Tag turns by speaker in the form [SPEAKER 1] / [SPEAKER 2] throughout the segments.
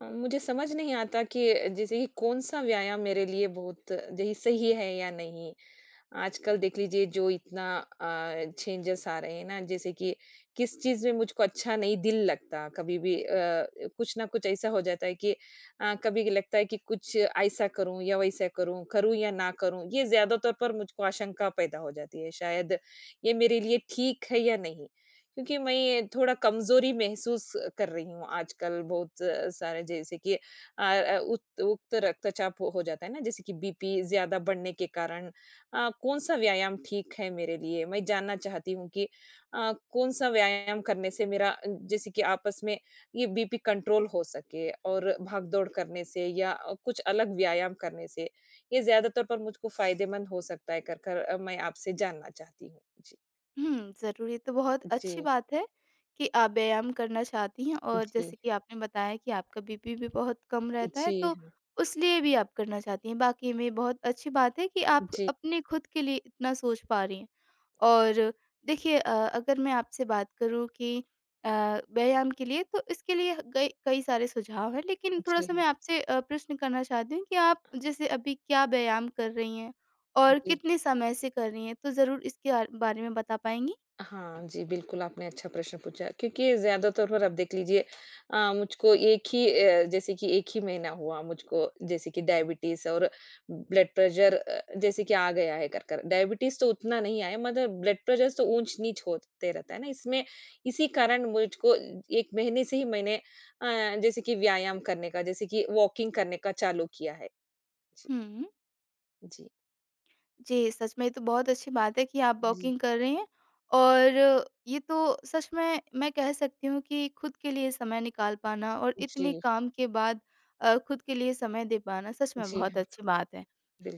[SPEAKER 1] मुझे समझ नहीं आता कि जैसे कि कौन-सा व्यायाम मेरे लिए बहुत यही सही है या नहीं। आजकल देख लीजिए जो इतना चेंजेस आ रहे हैं ना जैसे कि किस चीज में मुझको अच्छा नहीं दिल लगता कभी भी कुछ ना कुछ ऐसा हो जाता है कि कभी लगता है कि कुछ ऐसा करूं या वैसा करूं करूं या ना करूं ये ज्यादातर पर मुझको आशंका पैदा हो जाती है शायद ये मेरे लिए ठीक है या नहीं। क्योंकि मैं थोड़ा कमजोरी महसूस कर रही हूँ आजकल बहुत सारे जैसे कि उक्त रक्तचाप हो जाता है ना जैसे कि बीपी ज्यादा बढ़ने के कारण कौन-सा व्यायाम ठीक है मेरे लिए? मैं जानना चाहती हूँ कि कौन-सा व्यायाम करने से मेरा जैसे कि आपस में ये बीपी कंट्रोल हो सके और भाग-दौड़ करने से या कुछ अलग व्यायाम करने से, ये ज़्यादा तौर पर मुझको फ़ायदेमंद हो सकता है कर, कर अ, मैं आपसे जानना चाहती हूँ। जी,
[SPEAKER 2] ज़रूर, ये तो बहुत अच्छी
[SPEAKER 1] जी,
[SPEAKER 2] बात है कि आप व्यायाम करना चाहती हैं और
[SPEAKER 1] जी,
[SPEAKER 2] जैसे कि आपने बताया कि आपका बीपी भी बहुत कम
[SPEAKER 1] जी,
[SPEAKER 2] रहता है,
[SPEAKER 1] जी
[SPEAKER 2] तो
[SPEAKER 1] हाँ,
[SPEAKER 2] उस लिए भी आप करना चाहती हैं। वाक़ई में बहुत अच्छी बात है कि आप
[SPEAKER 1] जी,
[SPEAKER 2] अपने खुद के लिए इतना सोच पा रही हैं। और देखिए, अगर मैं आपसे बात करूँ कि अ, व्यायाम के लिए, तो इसके लिए कई कई सारे सुझाव हैं, लेकिन
[SPEAKER 1] जी,
[SPEAKER 2] थोड़ा-सा
[SPEAKER 1] हाँ,
[SPEAKER 2] मैं आपसे प्रश्न करना चाहती हूँ कि आप जैसे अभी क्या व्यायाम कर रही हैं और
[SPEAKER 1] जी।
[SPEAKER 2] कितने समय से कर रही हैं? तो ज़रूर इसके बारे में बता पाएँगी?
[SPEAKER 1] हाँ जी, बिल्कुल आपने अच्छा प्रश्न पूछा क्योंकि ज़्यादातर पर आप देख लीजिए मुझको एक ही जैसे कि एक ही महीना हुआ मुझको जैसे कि डायबिटीज़ और ब्लड प्रेशर जैसे कि आ गया है कर-कर। डायबिटीज़ तो उतना नहीं आया मगर ब्लड प्रेशर तो ऊँच-नीच होते रहता है ना, इसमें इसी कारण मुझको 1 महीने से ही मैंने जैसे कि व्यायाम करने का, जैसे कि वॉकिंग करने का चालू किया है। जी,
[SPEAKER 2] हुँ।
[SPEAKER 1] जी,
[SPEAKER 2] जी, सच में ये तो बहुत अच्छी बात है कि आप
[SPEAKER 1] जी,
[SPEAKER 2] वॉकिंग कर रही हैं और ये तो सच में मैं कह सकती हूँ कि खुद के लिए समय निकाल पाना और इतने
[SPEAKER 1] जी,
[SPEAKER 2] काम के बाद खुद के लिए समय दे पाना सच में
[SPEAKER 1] जी
[SPEAKER 2] बहुत
[SPEAKER 1] हाँ,
[SPEAKER 2] अच्छी बात है।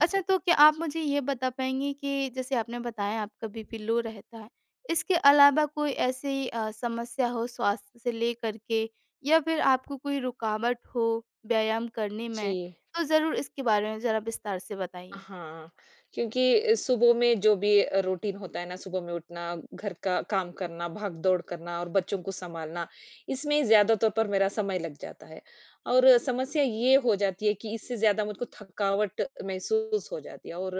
[SPEAKER 2] अच्छा, तो क्या आप मुझे ये बता पाएँगी कि जैसे आपने बताया, आपका बीपी लो रहता है, इसके अलावा कोई ऐसी समस्या हो स्वास्थ्य से लेकर के, या फिर आपको कोई रुकावट हो व्यायाम करने में,
[SPEAKER 1] जी।
[SPEAKER 2] तो ज़रूर इसके बारे में ज़रा विस्तार से बताइए?
[SPEAKER 1] हाँ, क्योंकि सुबह में जो भी रूटीन होता है ना, सुबह में उठना, घर का काम करना, भाग-दौड़ करना और बच्चों को सँभालना, इसमें ज़्यादा तौर पर मेरा समय लग जाता है। और समस्या ये हो जाती है कि इससे ज़्यादा मुझको थकावट महसूस हो जाती है और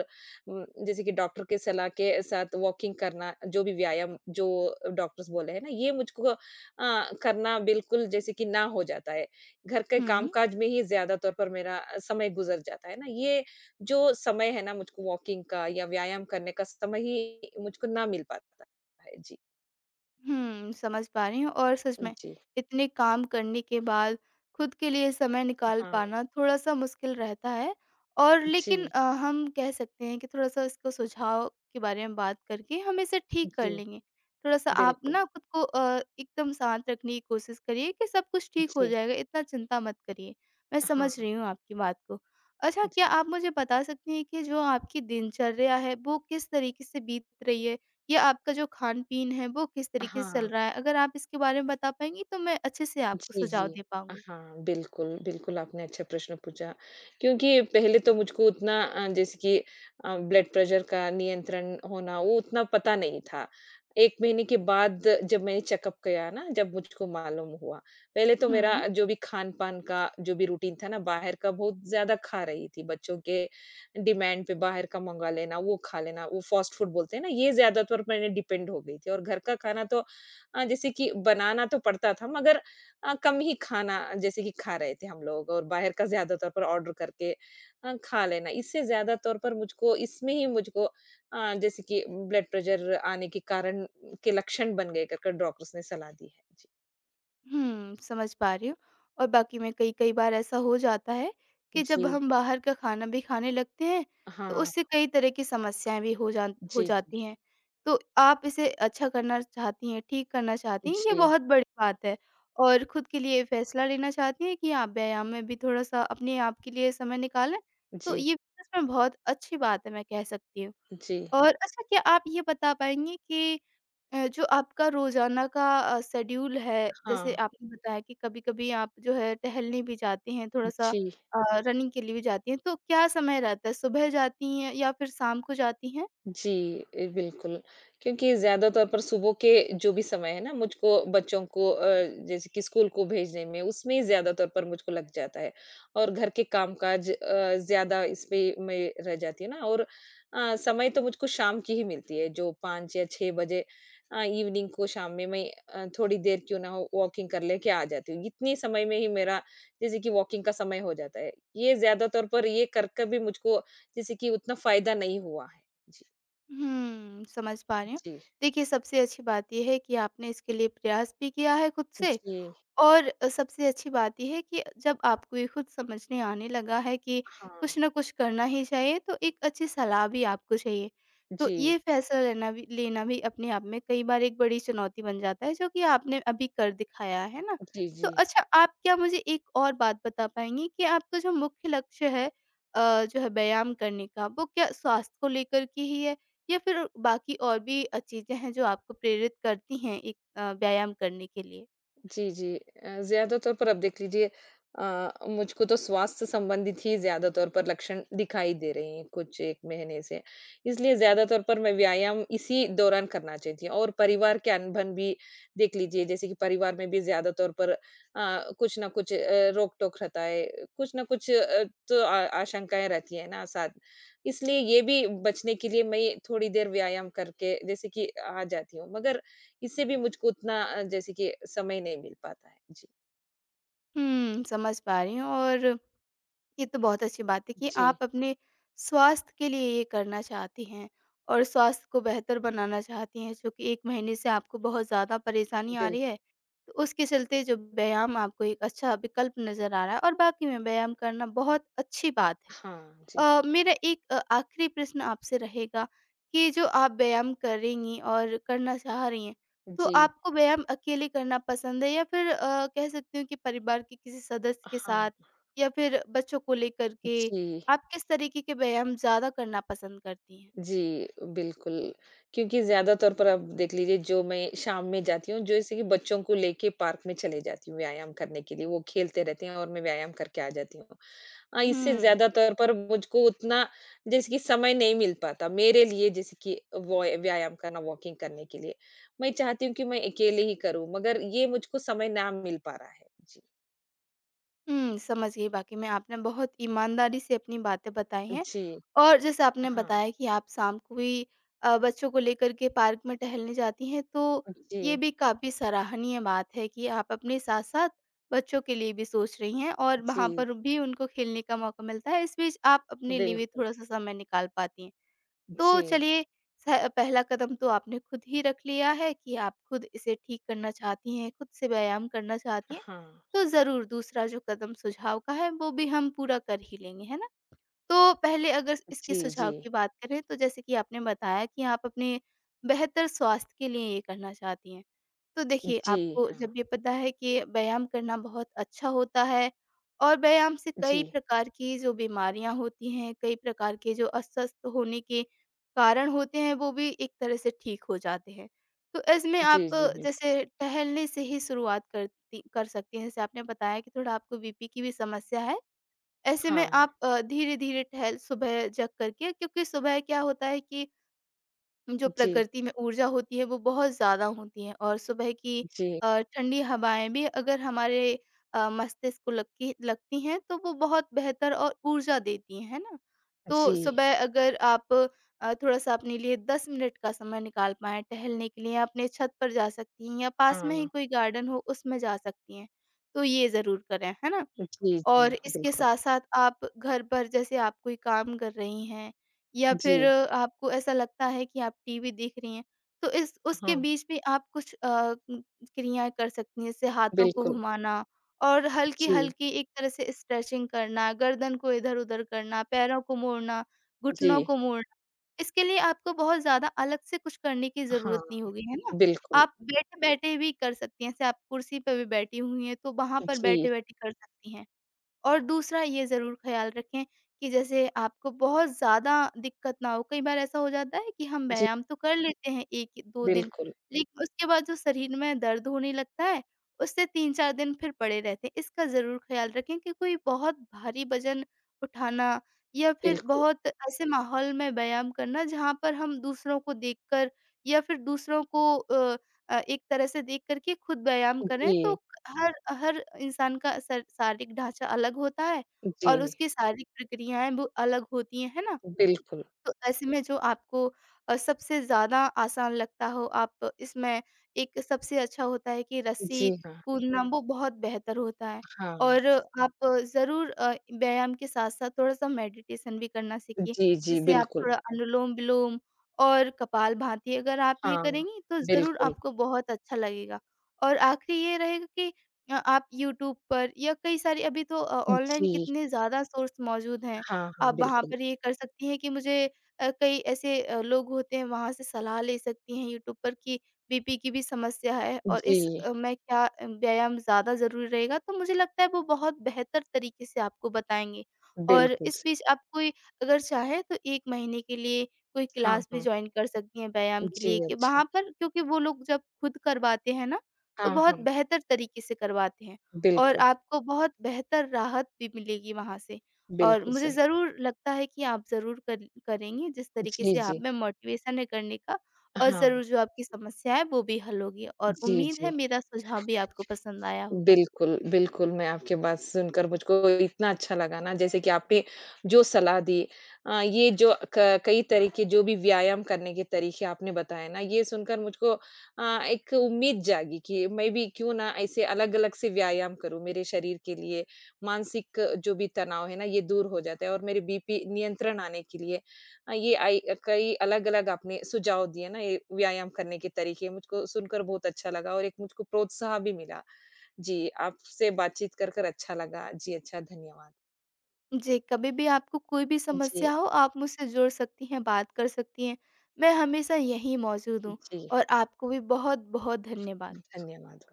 [SPEAKER 1] जैसे कि डॉक्टर के सलाह के साथ वॉकिंग करना, जो भी व्यायाम जो डॉक्टर्स बोले हैं ना, ये मुझको करना बिल्कुल जैसे कि ना हो जाता है। घर के
[SPEAKER 2] हुँ।
[SPEAKER 1] कामकाज में ही ज़्यादा तौर पर मेरा समय गुज़र जाता है ना, ये जो समय है ना मुझको वॉकिंग का या व्यायाम करने का समय ही मुझको ना मिल पाता है। जी।
[SPEAKER 2] समझ पा रही हूँ और सच में
[SPEAKER 1] जी।
[SPEAKER 2] इतने काम करने के बाद खुद के लिए समय निकाल
[SPEAKER 1] हाँ,
[SPEAKER 2] पाना थोड़ा-सा मुश्किल रहता है, और लेकिन
[SPEAKER 1] जी,
[SPEAKER 2] हम कह सकते हैं कि थोड़ा-सा इसको सुझाव के बारे में बात करके हम इसे ठीक कर
[SPEAKER 1] जी,
[SPEAKER 2] लेंगे। थोड़ा-सा आप
[SPEAKER 1] बिल्कुल।
[SPEAKER 2] ना खुद को एकदम शांत रखने की कोशिश करिए कि सब कुछ ठीक हो
[SPEAKER 1] जी,
[SPEAKER 2] जाएगा, इतना चिंता मत करिए। मैं समझ
[SPEAKER 1] हाँ,
[SPEAKER 2] रही हूँ आपकी बात को। अच्छा, क्या
[SPEAKER 1] जी,
[SPEAKER 2] आप मुझे बता सकती हैं कि जो आपकी दिनचर्या है, वो किस तरीके से बीत रही है? या आपका जो खान-पीन है, वो किस तरीके से चल
[SPEAKER 1] हाँ।
[SPEAKER 2] रहा है? अगर आप इसके बारे में बता पाएँगी, तो मैं अच्छे से आपको
[SPEAKER 1] जी,
[SPEAKER 2] सुझाव
[SPEAKER 1] जी।
[SPEAKER 2] दे पाऊँगी।
[SPEAKER 1] हाँ, बिल्कुल, बिल्कुल आपने अच्छा प्रश्न पूछा क्योंकि पहले तो मुझको उतना जैसे कि ब्लड प्रेशर का नियंत्रण होना वो उतना पता नहीं था। 1 महीने के बाद जब मैंने चेकअप किया ना, जब मुझको मालूम हुआ। पहले तो मेरा
[SPEAKER 2] हुँ।
[SPEAKER 1] जो भी खान-पान का जो भी रूटीन था ना, बाहर का बहुत ज़्यादा खा रही थी। बच्चों के डिमांड पे बाहर का मँगा लेना, वो खा लेना, वो फास्ट फूड बोलते हैं ना, ये ज़्यादातर मैंने डिपेंड हो गई थी और घर का खाना तो जैसे कि बनाना तो पड़ता था मगर कम ही खाना जैसे कि खा रहे थे हम लोग और बाहर का ज़्यादा तौर पर ऑर्डर करके खा लेना। इससे ज़्यादा तौर पर मुझको इसमें ही मुझको जैसे कि ब्लड प्रेशर आने के कारण के लक्षण बन गए कर-कर डॉक्टर्स ने सलाह दी है। जी।
[SPEAKER 2] समझ पा रही हूँ, और बाकी में कई-कई बार ऐसा हो जाता है कि जब
[SPEAKER 1] जी।
[SPEAKER 2] हम बाहर का खाना भी खाने लगते हैं, तो
[SPEAKER 1] हाँ।
[SPEAKER 2] उससे कई तरह की समस्याएँ भी हो
[SPEAKER 1] जी, जी।
[SPEAKER 2] जाती हैं। तो आप इसे अच्छा करना चाहती हैं, ठीक करना चाहती हैं, ये
[SPEAKER 1] जी,
[SPEAKER 2] बहुत बड़ी बात है, और खुद के लिए फैसला लेना चाहती हैं कि आप व्यायाम में भी थोड़ा-सा अपने आप के लिए समय निकालें, तो
[SPEAKER 1] जी,
[SPEAKER 2] ये सच में बहुत अच्छी बात है, मैं कह सकती हूँ।
[SPEAKER 1] जी।
[SPEAKER 2] और अच्छा, क्या आप ये बता पाएँगी कि जो आपका रोज़ाना का शेड्यूल है, जैसे
[SPEAKER 1] हाँ।
[SPEAKER 2] आपने बताया कि कभी-कभी आप जो है, टहलने भी जाती हैं, थोड़ा-सा
[SPEAKER 1] जी।
[SPEAKER 2] अ, रनिंग के लिए भी जाती हैं, तो क्या समय रहता है? सुबह जाती हैं या फिर शाम को जाती हैं?
[SPEAKER 1] जी, ए, बिल्कुल। क्योंकि ज़्यादा तौर पर सुबह के जो भी समय है ना, मुझको बच्चों को जैसे कि स्कूल को भेजने में, उसमें ज़्यादा तौर पर मुझको लग जाता है और घर के कामकाज ज़्यादा इस पे मैं रह जाती है ना और समय तो मुझको शाम की ही मिलती है, जो 5 या 6 बजे इवनिंग को शाम में मैं थोड़ी देर क्यों ना हो, वॉकिंग कर लेके आ जाती हूँ। इतनी समय में ही मेरा जैसे कि वॉकिंग का समय हो जाता है। ये ज़्यादा तौर पर ये कर कर भी मुझको जैसे कि उतना फ़ायदा नहीं हुआ है। जी।
[SPEAKER 2] समझ पा रही हूँ।
[SPEAKER 1] जी,
[SPEAKER 2] देखिए, सबसे अच्छी बात ये है कि आपने इसके लिए प्रयास भी किया है खुद से,
[SPEAKER 1] जी,
[SPEAKER 2] और सबसे अच्छी बात ये है कि जब आपको ये खुद समझ में आने लगा है कि
[SPEAKER 1] हाँ।
[SPEAKER 2] कुछ ना कुछ करना ही चाहिए, तो एक अच्छी सलाह भी आपको चाहिए। तो ये
[SPEAKER 1] जी,
[SPEAKER 2] फैसला लेना भी अपने आप में कई बार एक बड़ी चुनौती बन जाता है, जो कि आपने अभी कर दिखाया, है ना?
[SPEAKER 1] जी,
[SPEAKER 2] तो
[SPEAKER 1] जी।
[SPEAKER 2] अच्छा, आप क्या मुझे एक और बात बता पाएँगी कि आपका जो मुख्य लक्ष्य है, जो है व्यायाम करने का, वो क्या स्वास्थ्य को लेकर के ही है, या फिर बाकी और भी चीज़ें हैं जो आपको प्रेरित करती हैं एक व्यायाम करने के लिए?
[SPEAKER 1] जी, जी। ज़्यादा तौर पर आप देख लीजिए मुझको तो स्वास्थ्य संबंधित ही ज़्यादा तौर पर लक्षण दिखाई दे रहे हैं कुछ 1 महीने से। इसलिए ज़्यादा तौर पर मैं व्यायाम इसी दौरान करना चाहती हूँ और परिवार के अनबन भी देख लीजिए जैसे कि परिवार में भी ज़्यादा तौर पर कुछ न कुछ रोक-टोक रहता है, कुछ न कुछ तो आ आशंकाएँ रहती हैं ना साथ। इसलिए ये भी बचने के लिए मैं थोड़ी देर व्यायाम करके जैसे कि आ जाती हूँ। मगर इससे भी मुझको उतना जैसे कि समय नहीं मिल पाता है। जी,
[SPEAKER 2] समझ पा रही हूँ, और ये तो बहुत अच्छी बात है कि
[SPEAKER 1] बिल्कुल।
[SPEAKER 2] आप अपने स्वास्थ्य के लिए ये करना चाहती हैं और स्वास्थ्य को बेहतर बनाना चाहती हैं, जो कि 1 महीने से आपको बहुत ज़्यादा
[SPEAKER 1] जी,
[SPEAKER 2] परेशानी आ
[SPEAKER 1] बिल्कुल।
[SPEAKER 2] रही है। तो उसके चलते जो व्यायाम आपको एक अच्छा विकल्प नज़र आ रहा है, और वाक़ई में व्यायाम करना बहुत अच्छी बात है।
[SPEAKER 1] हाँ जी,
[SPEAKER 2] मेरा एक आखिरी प्रश्न आपसे रहेगा कि जो आप व्यायाम करेंगी और करना चाह रही हैं, तो
[SPEAKER 1] जी,
[SPEAKER 2] आपको व्यायाम अकेले करना पसंद है, या फिर कह सकती हूँ कि परिवार के किसी सदस्य के
[SPEAKER 1] हाँ,
[SPEAKER 2] साथ, या फिर बच्चों को लेकर के,
[SPEAKER 1] जी,
[SPEAKER 2] आप किस तरीके के व्यायाम ज़्यादा करना पसंद करती हैं?
[SPEAKER 1] जी, बिल्कुल। क्योंकि ज़्यादा तौर पर आप देख लीजिए जो मैं शाम में जाती हूँ, जैसे कि बच्चों को लेके पार्क में चले जाती हूँ व्यायाम करने के लिए, वो खेलते रहते हैं और मैं व्यायाम करके आ जाती हूँ। इससे
[SPEAKER 2] हुँ।
[SPEAKER 1] ज़्यादा तौर पर मुझको उतना जैसे कि समय नहीं मिल पाता मेरे लिए जैसे कि वॉय व्यायाम करना, वॉकिंग करने के लिए। मैं चाहती हूँ कि मैं अकेले ही करूँ मगर ये मुझको समय ना मिल पा रहा है। जी।
[SPEAKER 2] समझ गई, वाक़ई में आपने बहुत ईमानदारी से अपनी बातें बताई हैं।
[SPEAKER 1] जी।
[SPEAKER 2] और जैसे आपने
[SPEAKER 1] हाँ।
[SPEAKER 2] बताया कि आप शाम को भी बच्चों को लेकर के पार्क में टहलने जाती हैं, तो ये
[SPEAKER 1] जी,
[SPEAKER 2] भी काफ़ी सराहनीय बात है कि आप अपने साथ-साथ बच्चों के लिए भी सोच रही हैं, और वहाँ
[SPEAKER 1] जी।
[SPEAKER 2] पर भी उनको खेलने का मौका मिलता है। इस बीच आप अपने लिए भी
[SPEAKER 1] बिल्कुल।
[SPEAKER 2] थोड़ा-सा समय निकाल पाती हैं। तो
[SPEAKER 1] जी।
[SPEAKER 2] चलिए, स पहला कदम तो आपने खुद ही रख लिया है कि आप खुद इसे ठीक करना चाहती हैं, खुद से व्यायाम करना चाहती हैं,
[SPEAKER 1] हाँ।
[SPEAKER 2] तो ज़रूर दूसरा जो कदम सुझाव का है, वो भी हम पूरा कर ही लेंगे, है ना? तो पहले अगर इसके
[SPEAKER 1] जी, जी।
[SPEAKER 2] सुझाव की बात करें, तो जैसे कि आपने बताया कि आप अपने बेहतर स्वास्थ्य के लिए ये करना चाहती हैं। तो देखिए,
[SPEAKER 1] जी,
[SPEAKER 2] आपको
[SPEAKER 1] हाँ।
[SPEAKER 2] जब ये पता है कि व्यायाम करना बहुत अच्छा होता है, और व्यायाम से
[SPEAKER 1] जी।
[SPEAKER 2] कई प्रकार की जो बीमारियां होती हैं, कई प्रकार के जो अस्वस्थ होने के कारण होते हैं, वो भी एक तरह से ठीक हो जाते हैं। तो इसमें आप
[SPEAKER 1] जी, जी, बिल्कुल।
[SPEAKER 2] जैसे टहलने से ही शुरुआत करती कर सकती हैं। जैसे आपने बताया कि थोड़ा आपको बीपी की भी समस्या है। ऐसे में
[SPEAKER 1] हाँ।
[SPEAKER 2] आप धीरे-धीरे टहल सुबह जग करके, क्योंकि सुबह क्या होता है कि जो
[SPEAKER 1] जी,
[SPEAKER 2] प्रकृति में ऊर्जा होती है, वो बहुत ज़्यादा होती है, और सुबह की
[SPEAKER 1] जी,
[SPEAKER 2] ठंडी हवाएँ भी अगर हमारे मस्तिष्क को लगती लगती हैं, तो वो बहुत बेहतर और ऊर्जा देती हैं, है ना?
[SPEAKER 1] जी।
[SPEAKER 2] तो सुबह अगर आप थोड़ा-सा अपने लिए 10 मिनट का समय निकाल पाएँ टहलने के लिए, अपने छत पर जा सकती हैं, या पास में ही
[SPEAKER 1] हाँ।
[SPEAKER 2] कोई गार्डन हो, उसमें जा सकती हैं। तो ये ज़रूर करें, है ना?
[SPEAKER 1] जी, जी,
[SPEAKER 2] और इसके
[SPEAKER 1] बिल्कुल।
[SPEAKER 2] साथ-साथ आप घर पर जैसे आप कोई काम कर रही हैं, या फिर
[SPEAKER 1] जी,
[SPEAKER 2] आपको ऐसा लगता है कि आप टीवी देख रही हैं, तो इस उसके
[SPEAKER 1] हाँ,
[SPEAKER 2] बीच भी आप कुछ उम, क्रियाएँ कर सकती हैं, जैसे हाथों को
[SPEAKER 1] बिल्कुल।
[SPEAKER 2] घुमाना और
[SPEAKER 1] जी,
[SPEAKER 2] हल्की-हल्की एक तरह से स्ट्रेचिंग करना, गर्दन को इधर-उधर करना, पैरों को मोड़ना,
[SPEAKER 1] जी।
[SPEAKER 2] घुटनों को मोड़ना। इसके लिए आपको बहुत ज़्यादा अलग से कुछ करने की
[SPEAKER 1] हाँ।
[SPEAKER 2] ज़रूरत नहीं होगी, है ना?
[SPEAKER 1] बिल्कुल,
[SPEAKER 2] आप बैठे-बैठे भी कर सकती हैं, जैसे आप कुर्सी पे भी बैठी हुई हैं, तो वहाँ पर
[SPEAKER 1] जी,
[SPEAKER 2] बैठे-बैठे कर सकती हैं। और दूसरा ये ज़रूर ख़्याल रखें कि जैसे आपको बहुत ज़्यादा दिक्कत ना हो। कई बार ऐसा हो जाता है कि हम
[SPEAKER 1] जी,
[SPEAKER 2] व्यायाम तो कर लेते हैं 1-2 दिन,
[SPEAKER 1] बिल्कुल,
[SPEAKER 2] लेकिन उसके बाद जो शरीर में दर्द होने लगता है, उससे 3-4 दिन फिर पड़े रहते हैं। इसका ज़रूर ख़्याल रखें कि कोई बहुत भारी वज़न उठाना, या फिर
[SPEAKER 1] बिल्कुल,
[SPEAKER 2] बहुत ऐसे माहौल में व्यायाम करना जहाँ पर हम दूसरों को देखकर, या फिर दूसरों को एक तरह से देख कर के खुद व्यायाम करें, तो
[SPEAKER 1] जी,
[SPEAKER 2] हर हर इंसान का सर शारीरिक ढाँचा अलग होता है,
[SPEAKER 1] जी,
[SPEAKER 2] और उसकी शारीरिक प्रक्रियाएँ भी अलग होती हैं, है ना?
[SPEAKER 1] बिल्कुल,
[SPEAKER 2] तो ऐसे में जो आपको सबसे ज़्यादा आसान लगता हो, आप इसमें, एक सबसे अच्छा होता है कि रस्सी
[SPEAKER 1] जी हाँ,
[SPEAKER 2] कूदना, बिल्कुल। वो बहुत बेहतर होता है,
[SPEAKER 1] हाँ,
[SPEAKER 2] और हुँ। आप ज़रूर व्यायाम के साथ-साथ थोड़ा-सा मेडिटेशन भी करना सीखिए।
[SPEAKER 1] जी, जी,
[SPEAKER 2] जैसे आप
[SPEAKER 1] बिल्कुल,
[SPEAKER 2] थोड़ा अनुलोम-विलोम और कपालभाति अगर आप ये
[SPEAKER 1] हाँ,
[SPEAKER 2] करेंगी, तो ज़रूर
[SPEAKER 1] बिल्कुल,
[SPEAKER 2] आपको बहुत अच्छा लगेगा। और आखिरी ये रहेगा कि आप यूट्यूब पर, या कई सारी अभी तो ऑनलाइन
[SPEAKER 1] जी,
[SPEAKER 2] कितने ज़्यादा सोर्स मौजूद हैं।
[SPEAKER 1] हाँ, हाँ,
[SPEAKER 2] आप वहाँ
[SPEAKER 1] बिल्कुल,
[SPEAKER 2] पर ये कर सकती हैं कि मुझे, कई ऐसे लोग होते हैं, वहाँ से सलाह ले सकती हैं यूट्यूब पर कि बीपी की भी समस्या है, और इस
[SPEAKER 1] जी,
[SPEAKER 2] में क्या व्यायाम ज़्यादा ज़रूरी रहेगा, तो मुझे लगता है वो बहुत बेहतर तरीके से आपको बताएँगे। और
[SPEAKER 1] बिल्कुल
[SPEAKER 2] इस
[SPEAKER 1] सही,
[SPEAKER 2] बीच आप कोई, अगर चाहें तो 1 महीने के लिए कोई
[SPEAKER 1] हाँ,
[SPEAKER 2] क्लास भी
[SPEAKER 1] हाँ,
[SPEAKER 2] जॉइन कर सकती हैं व्यायाम के
[SPEAKER 1] जी,
[SPEAKER 2] लिए कि
[SPEAKER 1] अच्छा,
[SPEAKER 2] वहाँ पर, क्योंकि वो लोग जब खुद करवाते हैं ना, तो
[SPEAKER 1] हाँ,
[SPEAKER 2] बहुत
[SPEAKER 1] हाँ,
[SPEAKER 2] बेहतर तरीके से करवाते हैं, और
[SPEAKER 1] बिल्कुल,
[SPEAKER 2] आपको बहुत बेहतर राहत भी मिलेगी वहाँ से। और
[SPEAKER 1] बिल्कुल
[SPEAKER 2] मुझे
[SPEAKER 1] सही,
[SPEAKER 2] ज़रूर लगता है कि आप ज़रूर कर करेंगी, जिस तरीके
[SPEAKER 1] जी,
[SPEAKER 2] से आप
[SPEAKER 1] जी,
[SPEAKER 2] में मोटिवेशन है करने का, और
[SPEAKER 1] हाँ,
[SPEAKER 2] ज़रूर जो आपकी समस्या है वो भी हल होगी, और
[SPEAKER 1] जी,
[SPEAKER 2] उम्मीद है
[SPEAKER 1] जी।
[SPEAKER 2] मेरा सुझाव भी आपको पसंद आया होगा।
[SPEAKER 1] बिल्कुल, बिल्कुल, मैं आपकी बात सुनकर मुझको इतना अच्छा लगा ना जैसे कि आपने जो सलाह दी ये जो क कई तरीके जो भी व्यायाम करने के तरीके आपने बताए ना, ये सुनकर मुझको एक उम्मीद जागी कि मैं भी क्यों ना ऐसे अलग-अलग से व्यायाम करूँ मेरे शरीर के लिए, मानसिक जो भी तनाव है ना ये दूर हो जाता है और मेरे बीपी नियंत्रण आने के लिए ये आई कई अलग-अलग आपने सुझाव दिए ना ये व्यायाम करने के तरीके, मुझको सुनकर बहुत अच्छा लगा और एक मुझको प्रोत्साह भी मिला। जी, आपसे बातचीत कर अच्छा लगा। जी, अच्छा धन्यवाद।
[SPEAKER 2] जी, कभी भी आपको कोई भी
[SPEAKER 1] जी,
[SPEAKER 2] समस्या हो, आप मुझसे जुड़ सकती हैं, बात कर सकती हैं। मैं हमेशा यहीं मौजूद हूँ,
[SPEAKER 1] जी,
[SPEAKER 2] और आपको भी बहुत-बहुत धन्यवाद।
[SPEAKER 1] धन्यवाद।